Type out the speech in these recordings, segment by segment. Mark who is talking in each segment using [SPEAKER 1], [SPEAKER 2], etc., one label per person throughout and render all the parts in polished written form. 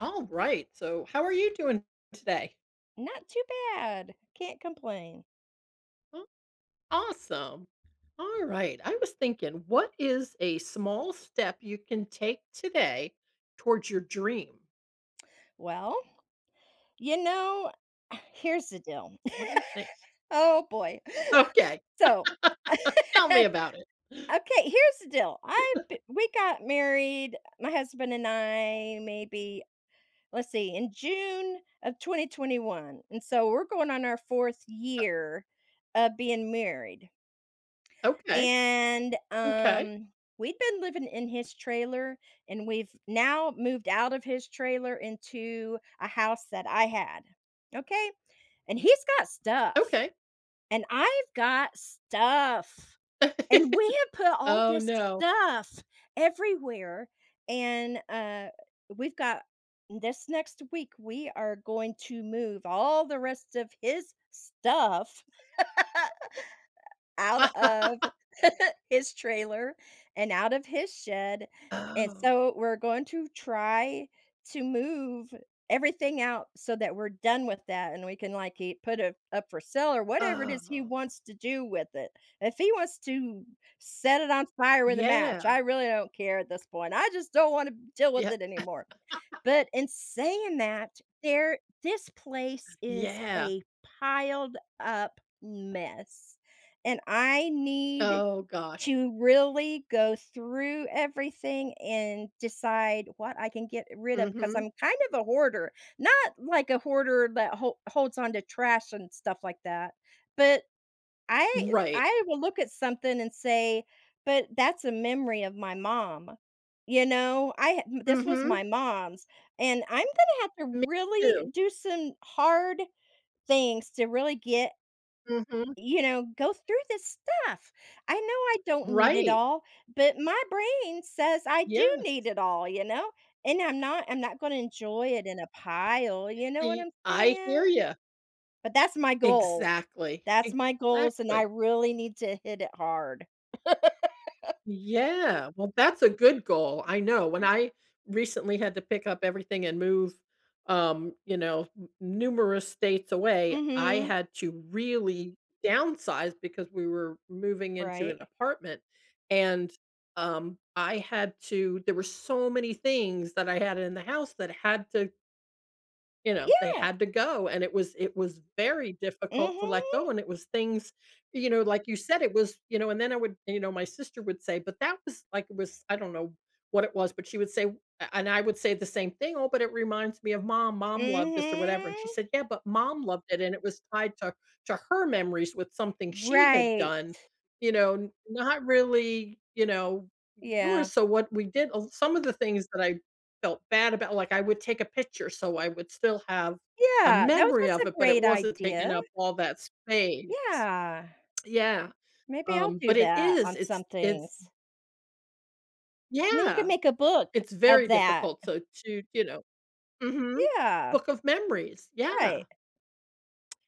[SPEAKER 1] All right. So, how are you doing today?
[SPEAKER 2] Not too bad. Can't complain.
[SPEAKER 1] Oh, awesome. All right. I was thinking, what is a small step you can take today towards your dream?
[SPEAKER 2] Well, you know, here's the deal.
[SPEAKER 1] What do you think?
[SPEAKER 2] Oh boy.
[SPEAKER 1] Okay.
[SPEAKER 2] So, okay,
[SPEAKER 1] Tell me about it.
[SPEAKER 2] here's the deal. I We got married, my husband and I, maybe let's see, in June of 2021, and so we're going on our fourth
[SPEAKER 1] Uh,
[SPEAKER 2] year of being married.
[SPEAKER 1] Okay.
[SPEAKER 2] And
[SPEAKER 1] Okay.
[SPEAKER 2] We'd been living in his trailer and we've now moved out of his trailer into a house that I had. Okay? And he's got stuff
[SPEAKER 1] Okay.
[SPEAKER 2] and I've got stuff. And we have put all
[SPEAKER 1] Oh,
[SPEAKER 2] this
[SPEAKER 1] no.
[SPEAKER 2] stuff everywhere and we've got this next week we are going to move all the rest of his stuff. Out of his trailer and out of his shed, and
[SPEAKER 1] oh,
[SPEAKER 2] so we're going to try to move everything out so that we're done with that and we can, like, e put it up for sale or whatever it is he
[SPEAKER 1] oh,
[SPEAKER 2] wants to do with it. If he wants to set it on fire with a match,
[SPEAKER 1] yeah.
[SPEAKER 2] I really don't care at this point. I just don't wanna deal with
[SPEAKER 1] Yeah.
[SPEAKER 2] it anymore. But in saying that, there this place is
[SPEAKER 1] Yeah.
[SPEAKER 2] a piled up mess and I need
[SPEAKER 1] Oh, gosh.
[SPEAKER 2] to really go through everything and decide what I can get rid of because
[SPEAKER 1] Mm-hmm.
[SPEAKER 2] I'm kind of a hoarder, not like a hoarder that holds on to trash and stuff like that, but I
[SPEAKER 1] Right.
[SPEAKER 2] I will look at something and say, "But that's a memory of my mom." You know, I ha This was my
[SPEAKER 1] Mm-hmm.
[SPEAKER 2] mom's, and I'm gonna have to
[SPEAKER 1] Me
[SPEAKER 2] really
[SPEAKER 1] too.
[SPEAKER 2] do some hard things to really get
[SPEAKER 1] Mm-hmm.
[SPEAKER 2] go through this stuff. I know I don't need it
[SPEAKER 1] Right.
[SPEAKER 2] all, but my brain says I do
[SPEAKER 1] Yes.
[SPEAKER 2] need it all, And I'm not going to enjoy it in a pile, you know what
[SPEAKER 1] E
[SPEAKER 2] I'm
[SPEAKER 1] I
[SPEAKER 2] saying?
[SPEAKER 1] hear you.
[SPEAKER 2] But that's my goal.
[SPEAKER 1] Exactly,
[SPEAKER 2] That's my goals and I
[SPEAKER 1] exactly.
[SPEAKER 2] really need to hit it hard.
[SPEAKER 1] Yeah, well, that's a good goal, I know. When I recently had to pick up everything and move, you know, n numerous states away, I
[SPEAKER 2] Mhm.
[SPEAKER 1] had to really downsize because we were moving into an
[SPEAKER 2] Right.
[SPEAKER 1] apartment, and, I had to there were so many things that I had in the house that had to You know, they
[SPEAKER 2] Yeah.
[SPEAKER 1] had to go, and it was very difficult to let
[SPEAKER 2] Mhm.
[SPEAKER 1] go, and it was things, like you said, it was, you know, and then I would, my sister would say, but that was like it was, I don't know what it was, but she would say, and I would say the same thing, oh, but it reminds me of mom. Mom loved this or whatever. And she
[SPEAKER 2] Mhm.
[SPEAKER 1] said, yeah, but mom loved it. And it was tied to her memories with something she had
[SPEAKER 2] Right.
[SPEAKER 1] done, not really,
[SPEAKER 2] Yeah.
[SPEAKER 1] yours. So what we did, some of the things that I felt bad about like, I would take a picture so I would still have a memory
[SPEAKER 2] That's
[SPEAKER 1] of
[SPEAKER 2] a
[SPEAKER 1] it, but it
[SPEAKER 2] great
[SPEAKER 1] wasn't taking
[SPEAKER 2] idea.
[SPEAKER 1] up all that space.
[SPEAKER 2] Yeah.
[SPEAKER 1] Yeah,
[SPEAKER 2] Maybe I'll do
[SPEAKER 1] but it
[SPEAKER 2] that
[SPEAKER 1] is,
[SPEAKER 2] on some
[SPEAKER 1] it's
[SPEAKER 2] things. And then you can
[SPEAKER 1] yeah,
[SPEAKER 2] make a book
[SPEAKER 1] it's
[SPEAKER 2] of
[SPEAKER 1] very
[SPEAKER 2] that.
[SPEAKER 1] difficult so to, Mhm.
[SPEAKER 2] Yeah,
[SPEAKER 1] Book of memories, yeah,
[SPEAKER 2] right.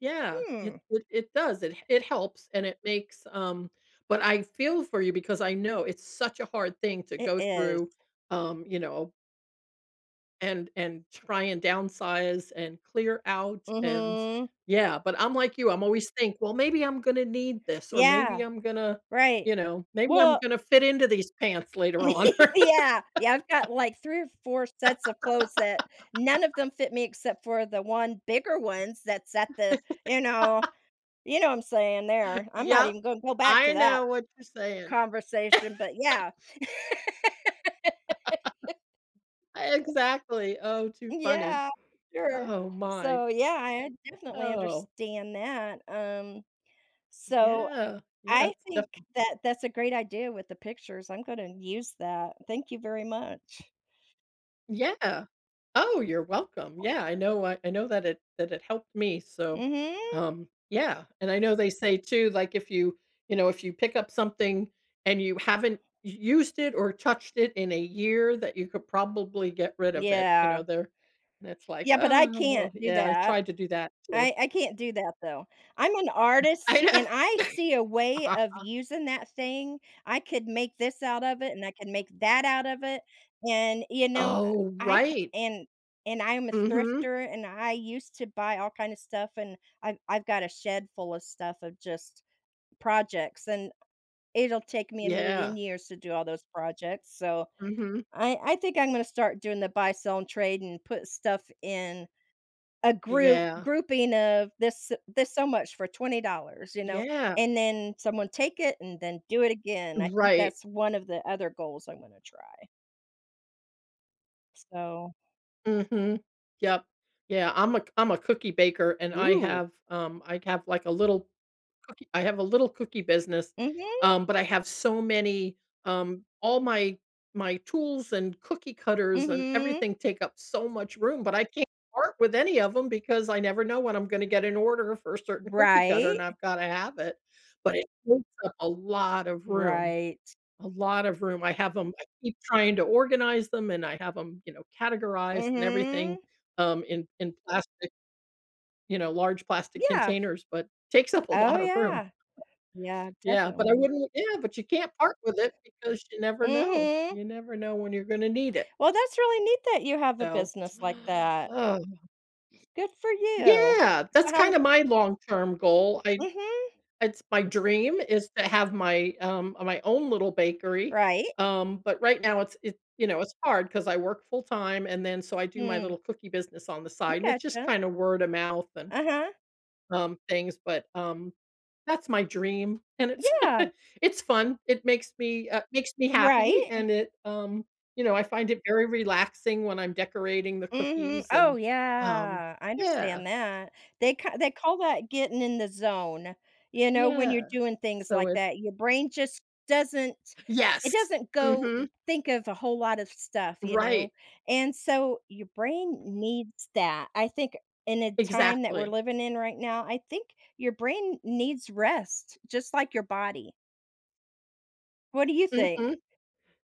[SPEAKER 1] yeah,
[SPEAKER 2] Hmm,
[SPEAKER 1] it does, it helps and it makes. But I feel for you because I know it's such a hard thing to
[SPEAKER 2] it
[SPEAKER 1] go
[SPEAKER 2] is.
[SPEAKER 1] through, um, you know, and try and downsize and clear out and
[SPEAKER 2] Mhm.
[SPEAKER 1] yeah, but I'm like you, I'm always think, "Well, maybe I'm gonna need this or maybe
[SPEAKER 2] Yeah,
[SPEAKER 1] I'm gonna"
[SPEAKER 2] right.
[SPEAKER 1] "maybe I'm
[SPEAKER 2] Well,
[SPEAKER 1] gonna fit into these pants later on."
[SPEAKER 2] yeah, yeah, I've got, like, 3 or 4 sets of clothes that none of them fit me except for the one bigger ones that's at the you know you know what I'm saying there. I'm not
[SPEAKER 1] Yep,
[SPEAKER 2] even gonna go back to
[SPEAKER 1] I
[SPEAKER 2] that
[SPEAKER 1] know what you're saying.
[SPEAKER 2] conversation, but yeah.
[SPEAKER 1] Exactly. Oh, too funny.
[SPEAKER 2] Yeah, sure.
[SPEAKER 1] Oh my.
[SPEAKER 2] So, yeah, I definitely
[SPEAKER 1] Oh,
[SPEAKER 2] understand that. So
[SPEAKER 1] yeah. Yeah,
[SPEAKER 2] I
[SPEAKER 1] it's
[SPEAKER 2] think that that's a great idea with the pictures. I'm gonna use that. Thank you very much.
[SPEAKER 1] Yeah. Oh, you're welcome. Yeah, I know I know that it helped me, so,
[SPEAKER 2] Mhm.
[SPEAKER 1] yeah, and I know they say too, like, if you you know, if you pick up something and you haven't used it or touched it in a year, that you could probably get rid of it,
[SPEAKER 2] Yeah.
[SPEAKER 1] there, and it's like,
[SPEAKER 2] Yeah, but I
[SPEAKER 1] "Oh,"
[SPEAKER 2] can't do
[SPEAKER 1] yeah, I
[SPEAKER 2] that.
[SPEAKER 1] tried to do that too.
[SPEAKER 2] I can't do that, though. I'm an
[SPEAKER 1] I
[SPEAKER 2] artist,
[SPEAKER 1] know.
[SPEAKER 2] and I see a way of using that thing. I could make this out of it, and I can make that out of it, and, you know,
[SPEAKER 1] Oh,
[SPEAKER 2] I c
[SPEAKER 1] right.
[SPEAKER 2] and I'm a
[SPEAKER 1] Mhm.
[SPEAKER 2] thrifter, and I used to buy all kind of stuff, and I've got a shed full of stuff of just projects, and it'll take me a million
[SPEAKER 1] Yeah.
[SPEAKER 2] years to do all those projects, so
[SPEAKER 1] Mhm.
[SPEAKER 2] I think I'm gonna start doing the buy, sell, and trade and put stuff in a
[SPEAKER 1] Yeah.
[SPEAKER 2] grouping of this so much for $20, you know,
[SPEAKER 1] Yeah.
[SPEAKER 2] and then someone take it and then do it again. I think
[SPEAKER 1] Right.
[SPEAKER 2] that's one of the other goals I'm gonna try. So
[SPEAKER 1] Mhm. Yep. Yeah, I'm a cookie baker, and
[SPEAKER 2] Ooh.
[SPEAKER 1] I have, like, a little cookie I have a little cookie business,
[SPEAKER 2] Mhm,
[SPEAKER 1] but I have so many, all my tools and cookie cutters and
[SPEAKER 2] mhm.
[SPEAKER 1] everything take up so much room, but I can't part with any of them because I never know when I'm gonna get an order for a certain cookie cutter,
[SPEAKER 2] Right,
[SPEAKER 1] and I've gotta have it, but it takes up a lot of room.
[SPEAKER 2] right.
[SPEAKER 1] A lot of room. I have them. I keep trying to organize them, and I have them, categorized and everything,
[SPEAKER 2] Mhm.
[SPEAKER 1] in plastic, large plastic
[SPEAKER 2] Yeah.
[SPEAKER 1] containers, but takes up a
[SPEAKER 2] Oh,
[SPEAKER 1] lot of room.
[SPEAKER 2] yeah. Yeah,
[SPEAKER 1] Yeah, but I
[SPEAKER 2] definitely.
[SPEAKER 1] wouldn't yeah, but you can't part with it because you never know.
[SPEAKER 2] Mhm.
[SPEAKER 1] You never know when you're gonna need it.
[SPEAKER 2] Well, that's really neat that you have a
[SPEAKER 1] So,
[SPEAKER 2] business like that.
[SPEAKER 1] oh,
[SPEAKER 2] Good for you.
[SPEAKER 1] yeah,
[SPEAKER 2] So
[SPEAKER 1] that's
[SPEAKER 2] how
[SPEAKER 1] kinda my long-term goal. I
[SPEAKER 2] mhm,
[SPEAKER 1] It's my dream is to have my, own little bakery,
[SPEAKER 2] right.
[SPEAKER 1] but right now it's it you know, it's hard because I work full time and then so I do my
[SPEAKER 2] Hmm.
[SPEAKER 1] little cookie business on the
[SPEAKER 2] I
[SPEAKER 1] side, and it's just
[SPEAKER 2] gotcha.
[SPEAKER 1] kinda word of mouth and,
[SPEAKER 2] Uh-huh.
[SPEAKER 1] things, but, that's my dream, and it's
[SPEAKER 2] Yeah,
[SPEAKER 1] it's fun. It makes me
[SPEAKER 2] right.
[SPEAKER 1] happy, and it, I find it very relaxing when I'm decorating the
[SPEAKER 2] Mhm.
[SPEAKER 1] cookies
[SPEAKER 2] Oh,
[SPEAKER 1] and, um
[SPEAKER 2] yeah. I
[SPEAKER 1] Yeah,
[SPEAKER 2] understand that. They call that getting in the zone, you know, when
[SPEAKER 1] yeah,
[SPEAKER 2] you're doing things
[SPEAKER 1] so
[SPEAKER 2] like
[SPEAKER 1] it
[SPEAKER 2] that. Your brain just doesn't it
[SPEAKER 1] Yes.
[SPEAKER 2] doesn't go
[SPEAKER 1] Mhm.
[SPEAKER 2] think of a whole lot of stuff, you know,
[SPEAKER 1] Right.
[SPEAKER 2] and so your brain needs that. I think in a time that we're
[SPEAKER 1] Exactly.
[SPEAKER 2] living in right now, I think your brain needs rest just like your body. What do you
[SPEAKER 1] Mhm.
[SPEAKER 2] think?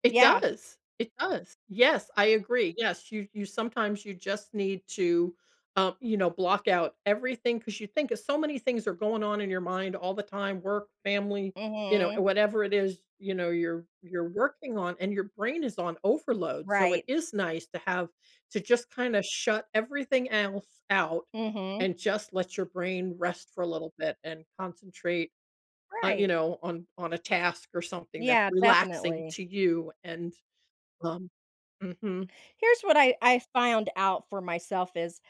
[SPEAKER 1] It
[SPEAKER 2] Yeah.
[SPEAKER 1] does. It does. Yes, I agree. Yes, you sometimes you just need to, block out everything because you think so many things are going on in your mind all the time, work, family,
[SPEAKER 2] Mhm.
[SPEAKER 1] whatever it is, you're working on and your brain is on overload. So it
[SPEAKER 2] Right.
[SPEAKER 1] is nice to have to just kinda shut everything else out
[SPEAKER 2] Mhm.
[SPEAKER 1] and just let your brain rest for a little bit and concentrate
[SPEAKER 2] Right.
[SPEAKER 1] on a task or something that's
[SPEAKER 2] Yeah,
[SPEAKER 1] relaxing
[SPEAKER 2] definitely.
[SPEAKER 1] to you and, um mhm,
[SPEAKER 2] Here's what I found out for myself is,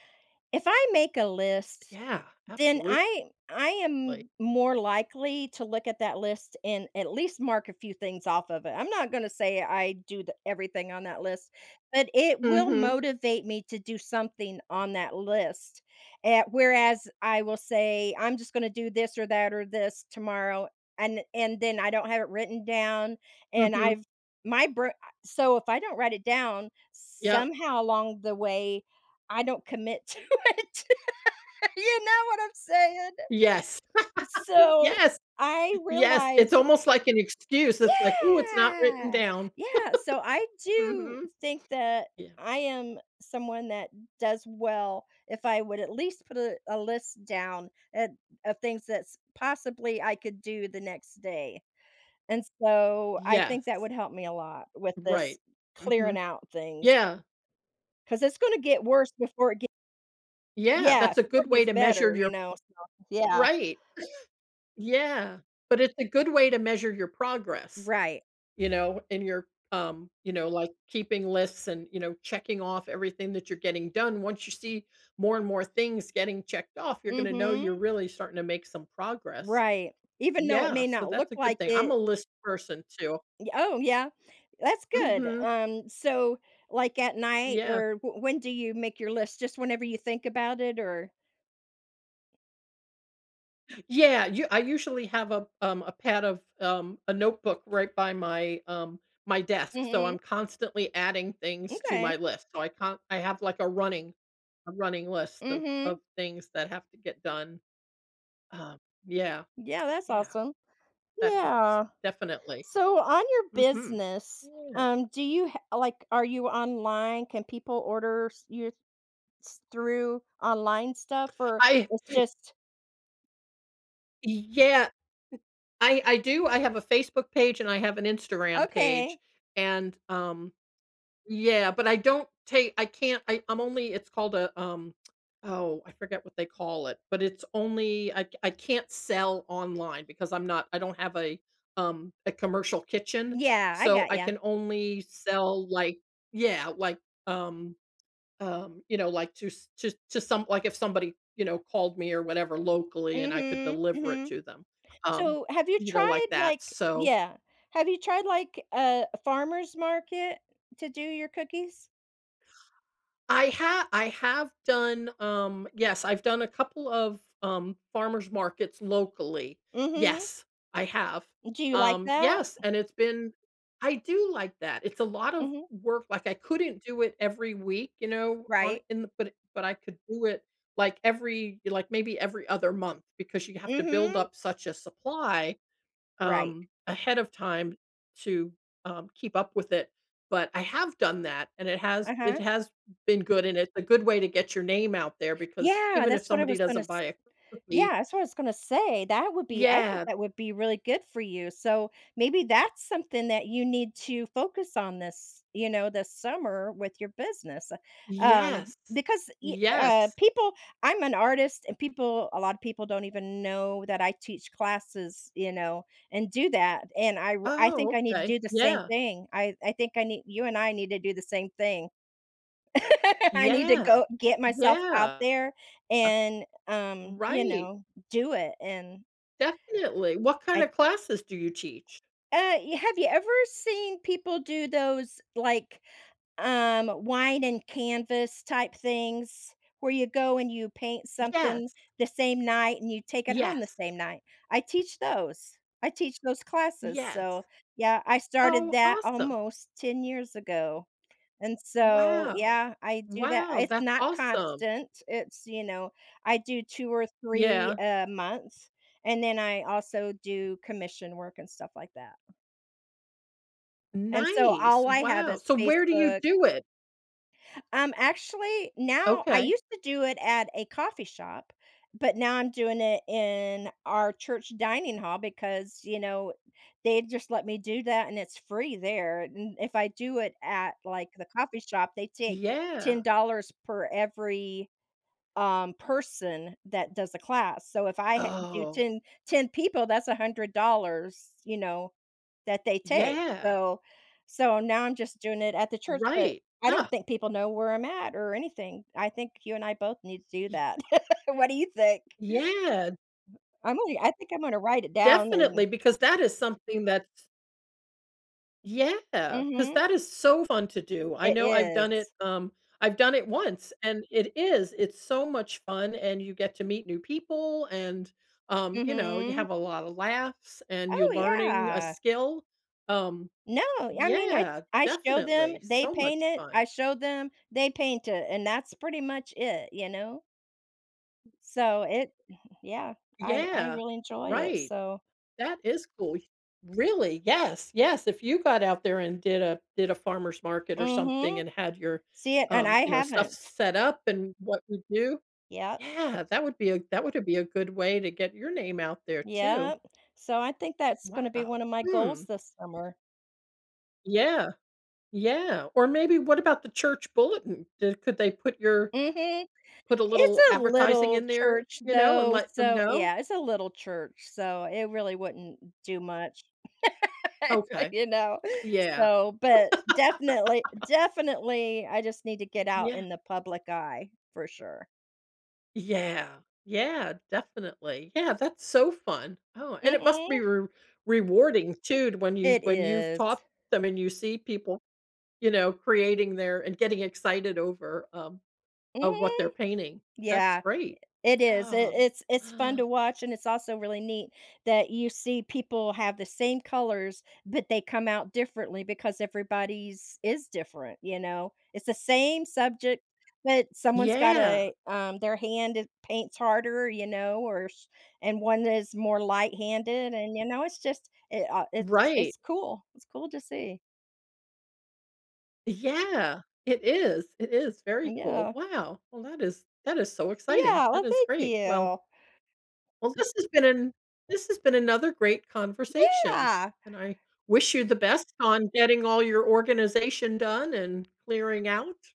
[SPEAKER 2] if I make a list
[SPEAKER 1] yeah,
[SPEAKER 2] then
[SPEAKER 1] absolutely.
[SPEAKER 2] I am more likely to look at that list and at least mark a few things off of it. I'm not going to say I do the, everything on that list, but it will
[SPEAKER 1] Mhm,
[SPEAKER 2] motivate me to do something on that list. Whereas I will say I'm just going to do this or that or this tomorrow, and then I don't have it written down, and
[SPEAKER 1] mhm,
[SPEAKER 2] my bro- so if I don't write it down
[SPEAKER 1] yep.
[SPEAKER 2] somehow along the way, I don't commit to it. You know what I'm saying?
[SPEAKER 1] Yes,
[SPEAKER 2] So,
[SPEAKER 1] yes,
[SPEAKER 2] I
[SPEAKER 1] yes, it's
[SPEAKER 2] realized
[SPEAKER 1] almost like an excuse, it's like, oh, it's not written
[SPEAKER 2] Yeah!
[SPEAKER 1] down."
[SPEAKER 2] Yeah, so I do
[SPEAKER 1] Mhm,
[SPEAKER 2] think that
[SPEAKER 1] yeah.
[SPEAKER 2] I am someone that does well if I would at least put a list down at of things that's possibly I could do the next day, and so I think
[SPEAKER 1] Yes,
[SPEAKER 2] that would help me a lot with this
[SPEAKER 1] right.
[SPEAKER 2] clearing
[SPEAKER 1] Mhm,
[SPEAKER 2] out things
[SPEAKER 1] yeah,
[SPEAKER 2] because it's gonna get worse before it gets
[SPEAKER 1] yeah,
[SPEAKER 2] Yeah,
[SPEAKER 1] that's a
[SPEAKER 2] before it
[SPEAKER 1] good way
[SPEAKER 2] gets
[SPEAKER 1] to measure
[SPEAKER 2] better, you
[SPEAKER 1] your
[SPEAKER 2] know, so Yeah.
[SPEAKER 1] right, yeah, but it's a good way to measure your progress.
[SPEAKER 2] Right.
[SPEAKER 1] You know, and you're, like keeping lists and, checking off everything that you're getting done. Once you see more and more things getting checked off, you're going to know you're
[SPEAKER 2] Mhm.
[SPEAKER 1] really starting to make some progress.
[SPEAKER 2] Right. Even though it
[SPEAKER 1] Yeah,
[SPEAKER 2] may
[SPEAKER 1] so
[SPEAKER 2] not look
[SPEAKER 1] that's a good
[SPEAKER 2] like
[SPEAKER 1] thing. I'm a
[SPEAKER 2] it
[SPEAKER 1] list person too.
[SPEAKER 2] Y oh, yeah. That's good.
[SPEAKER 1] Mhm.
[SPEAKER 2] So, like, at night
[SPEAKER 1] Yeah.
[SPEAKER 2] or w when do you make your list? Just whenever you think about it or
[SPEAKER 1] Yeah, you I usually have a pad of a notebook right by my desk, so
[SPEAKER 2] Mhm.
[SPEAKER 1] I'm constantly adding things to
[SPEAKER 2] Okay.
[SPEAKER 1] my list. So I can't I have like a running list of
[SPEAKER 2] Mhm.
[SPEAKER 1] things that have to get done. Um, yeah,
[SPEAKER 2] Yeah, that's
[SPEAKER 1] yeah,
[SPEAKER 2] awesome.
[SPEAKER 1] that helps,
[SPEAKER 2] Yeah.
[SPEAKER 1] definitely.
[SPEAKER 2] So, on your
[SPEAKER 1] Mhm.
[SPEAKER 2] business,
[SPEAKER 1] Yeah.
[SPEAKER 2] do you ha like, are you online? Can people order s your s through online stuff or
[SPEAKER 1] I
[SPEAKER 2] it's just
[SPEAKER 1] yeah, I do, I have a Facebook page and I have an Instagram
[SPEAKER 2] Okay.
[SPEAKER 1] page, and, yeah, but I don't take I can't I'm only it's called a, oh, I forget what they call it, but it's only I can't sell online because I don't have a commercial kitchen,
[SPEAKER 2] Yeah, I
[SPEAKER 1] so
[SPEAKER 2] got
[SPEAKER 1] I
[SPEAKER 2] ya.
[SPEAKER 1] can only sell, like yeah, like, um like to s to some like if somebody, called me or whatever locally and I could
[SPEAKER 2] Mhm.
[SPEAKER 1] deliver it
[SPEAKER 2] Mhm.
[SPEAKER 1] to them, um,
[SPEAKER 2] So, have you tried,
[SPEAKER 1] like that,
[SPEAKER 2] like
[SPEAKER 1] so
[SPEAKER 2] yeah. Have you tried, like, a farmer's market to do your cookies?
[SPEAKER 1] I have done, yes, I've done a couple of, farmers markets locally.
[SPEAKER 2] Mhm.
[SPEAKER 1] Yes, I have.
[SPEAKER 2] Do you like that?
[SPEAKER 1] Yes, and it's been I do like that. It's a lot of
[SPEAKER 2] Mhm.
[SPEAKER 1] work, like, I couldn't do it every week, you know, on
[SPEAKER 2] Right.
[SPEAKER 1] in the but I could do it, like, every like, maybe every other month because you have to build
[SPEAKER 2] Mhm.
[SPEAKER 1] up such a supply
[SPEAKER 2] Right.
[SPEAKER 1] ahead of time to, keep up with it, but I have done that, and it has it
[SPEAKER 2] Uh-huh.
[SPEAKER 1] has been good, and it's a good way to get your name out there because
[SPEAKER 2] Yeah,
[SPEAKER 1] even if
[SPEAKER 2] that's what I
[SPEAKER 1] somebody
[SPEAKER 2] was gonna
[SPEAKER 1] doesn't buy a
[SPEAKER 2] Yeah,
[SPEAKER 1] cookie.
[SPEAKER 2] that's what I was gonna say. That would be I think
[SPEAKER 1] Yeah.
[SPEAKER 2] that would be really good for you. So maybe that's something that you need to focus on this, you know, this summer with your business.
[SPEAKER 1] Yes. Yes.
[SPEAKER 2] People, I'm an artist, and people, a lot of people don't even know that I teach classes, you know, and do that. I think
[SPEAKER 1] Oh,
[SPEAKER 2] I need to
[SPEAKER 1] okay.
[SPEAKER 2] do the same
[SPEAKER 1] Yeah.
[SPEAKER 2] thing. I think I need you and I need to do the same thing. I need to
[SPEAKER 1] Yeah.
[SPEAKER 2] go get myself out
[SPEAKER 1] Yeah.
[SPEAKER 2] there and, you
[SPEAKER 1] Right.
[SPEAKER 2] know, do it, and
[SPEAKER 1] Definitely. What kind
[SPEAKER 2] I
[SPEAKER 1] of classes do you teach?
[SPEAKER 2] y have you ever seen people do those, like, wine and canvas type things where you go and you paint something
[SPEAKER 1] Yes.
[SPEAKER 2] the same night and you take it home the
[SPEAKER 1] Yes.
[SPEAKER 2] same night? I teach those. I teach those classes,
[SPEAKER 1] Yes.
[SPEAKER 2] so, yeah, I started
[SPEAKER 1] Oh,
[SPEAKER 2] that
[SPEAKER 1] awesome.
[SPEAKER 2] almost 10 years ago. And so,
[SPEAKER 1] Wow.
[SPEAKER 2] yeah, I do that.
[SPEAKER 1] Wow,
[SPEAKER 2] It's
[SPEAKER 1] that's
[SPEAKER 2] not
[SPEAKER 1] awesome.
[SPEAKER 2] constant. It's, you know, I do 2 or 3
[SPEAKER 1] Yeah.
[SPEAKER 2] a month, and then I also do commission work and stuff like that. And so
[SPEAKER 1] Nice.
[SPEAKER 2] all I have
[SPEAKER 1] Wow.
[SPEAKER 2] is
[SPEAKER 1] So where do you
[SPEAKER 2] Facebook.
[SPEAKER 1] do it?
[SPEAKER 2] Actually, now I
[SPEAKER 1] Okay.
[SPEAKER 2] used to do it at a coffee shop, but now I'm doing it in our church dining hall because, you know, they just let me do that and it's free there. And if I do it at like the coffee shop, they take
[SPEAKER 1] Yeah.
[SPEAKER 2] $10 per every person that does a class. So if I do
[SPEAKER 1] Oh,
[SPEAKER 2] 10 people, that's $100, you know, that they take,
[SPEAKER 1] yeah.
[SPEAKER 2] so so now I'm just doing it at the church, but
[SPEAKER 1] Right.
[SPEAKER 2] I don't
[SPEAKER 1] Ah,
[SPEAKER 2] think people know where I'm at or anything. I think you and I both need to do
[SPEAKER 1] y
[SPEAKER 2] that. What do you think?
[SPEAKER 1] yeah,
[SPEAKER 2] I think I'm gonna write it down and
[SPEAKER 1] definitely, because that is something that's Yeah, because
[SPEAKER 2] mhm,
[SPEAKER 1] that is so fun to do. I
[SPEAKER 2] it
[SPEAKER 1] know
[SPEAKER 2] is.
[SPEAKER 1] I've done it once, and it is, it's so much fun, and you get to meet new people, and, you
[SPEAKER 2] Mhm.
[SPEAKER 1] have a lot of laughs, and you're
[SPEAKER 2] Oh,
[SPEAKER 1] learning a
[SPEAKER 2] yeah.
[SPEAKER 1] skill. Um,
[SPEAKER 2] No, I mean,
[SPEAKER 1] yeah,
[SPEAKER 2] I show them,
[SPEAKER 1] definitely,
[SPEAKER 2] they
[SPEAKER 1] so much
[SPEAKER 2] paint it,
[SPEAKER 1] fun.
[SPEAKER 2] I show them, they paint it, and that's pretty much it, you know? So it yeah, I
[SPEAKER 1] Yeah,
[SPEAKER 2] really enjoy it,
[SPEAKER 1] right,
[SPEAKER 2] so
[SPEAKER 1] that is cool. Y Really, yes, yes, if you got out there and did a farmer's market or something
[SPEAKER 2] Mhm.
[SPEAKER 1] and had your,
[SPEAKER 2] See it and I
[SPEAKER 1] stuff
[SPEAKER 2] haven't.
[SPEAKER 1] set up and what you do.
[SPEAKER 2] Yep,
[SPEAKER 1] Yeah, that would be a good way to get your name out there too.
[SPEAKER 2] yep. So I think that's gonna be
[SPEAKER 1] Wow.
[SPEAKER 2] one of my goals
[SPEAKER 1] Hmm.
[SPEAKER 2] this summer.
[SPEAKER 1] Yeah. Yeah. Or maybe what about the church bulletin? Could they put your
[SPEAKER 2] Mhm.
[SPEAKER 1] put a
[SPEAKER 2] It's
[SPEAKER 1] little
[SPEAKER 2] a
[SPEAKER 1] advertising
[SPEAKER 2] little
[SPEAKER 1] in there,
[SPEAKER 2] church
[SPEAKER 1] you know, and
[SPEAKER 2] though,
[SPEAKER 1] let them
[SPEAKER 2] so
[SPEAKER 1] know?
[SPEAKER 2] yeah, it's a little church, so it really wouldn't do much,
[SPEAKER 1] Okay.
[SPEAKER 2] you know?
[SPEAKER 1] Yeah.
[SPEAKER 2] So, but definitely, I just need to get out
[SPEAKER 1] Yeah.
[SPEAKER 2] in the public eye for sure.
[SPEAKER 1] Yeah. Yeah, definitely. Yeah, that's so fun. Oh, and it must
[SPEAKER 2] Mhm.
[SPEAKER 1] be rewarding too to when you
[SPEAKER 2] It
[SPEAKER 1] when you've
[SPEAKER 2] is.
[SPEAKER 1] taught them and you see people, you know, creating their and getting excited over Of what
[SPEAKER 2] Mhm.
[SPEAKER 1] they're painting. That's
[SPEAKER 2] Yeah.
[SPEAKER 1] great.
[SPEAKER 2] It is.
[SPEAKER 1] Oh.
[SPEAKER 2] It's fun to watch, and it's also really neat that you see people have the same colors, but they come out differently because everybody's is different, you know? It's the same subject, but someone's got
[SPEAKER 1] Yeah.
[SPEAKER 2] a, their hand it paints harder, you know, or sh and one is more light-handed, and, you know, it's just
[SPEAKER 1] Right.
[SPEAKER 2] it's cool. It's cool to see.
[SPEAKER 1] Yeah. It is very cool.
[SPEAKER 2] Yeah.
[SPEAKER 1] Wow. Well, that is so exciting.
[SPEAKER 2] Yeah,
[SPEAKER 1] That
[SPEAKER 2] well,
[SPEAKER 1] is
[SPEAKER 2] thank
[SPEAKER 1] great. Well
[SPEAKER 2] you.
[SPEAKER 1] well, this has been another great conversation,
[SPEAKER 2] Yeah.
[SPEAKER 1] and I wish you the best on getting all your organization done and clearing out.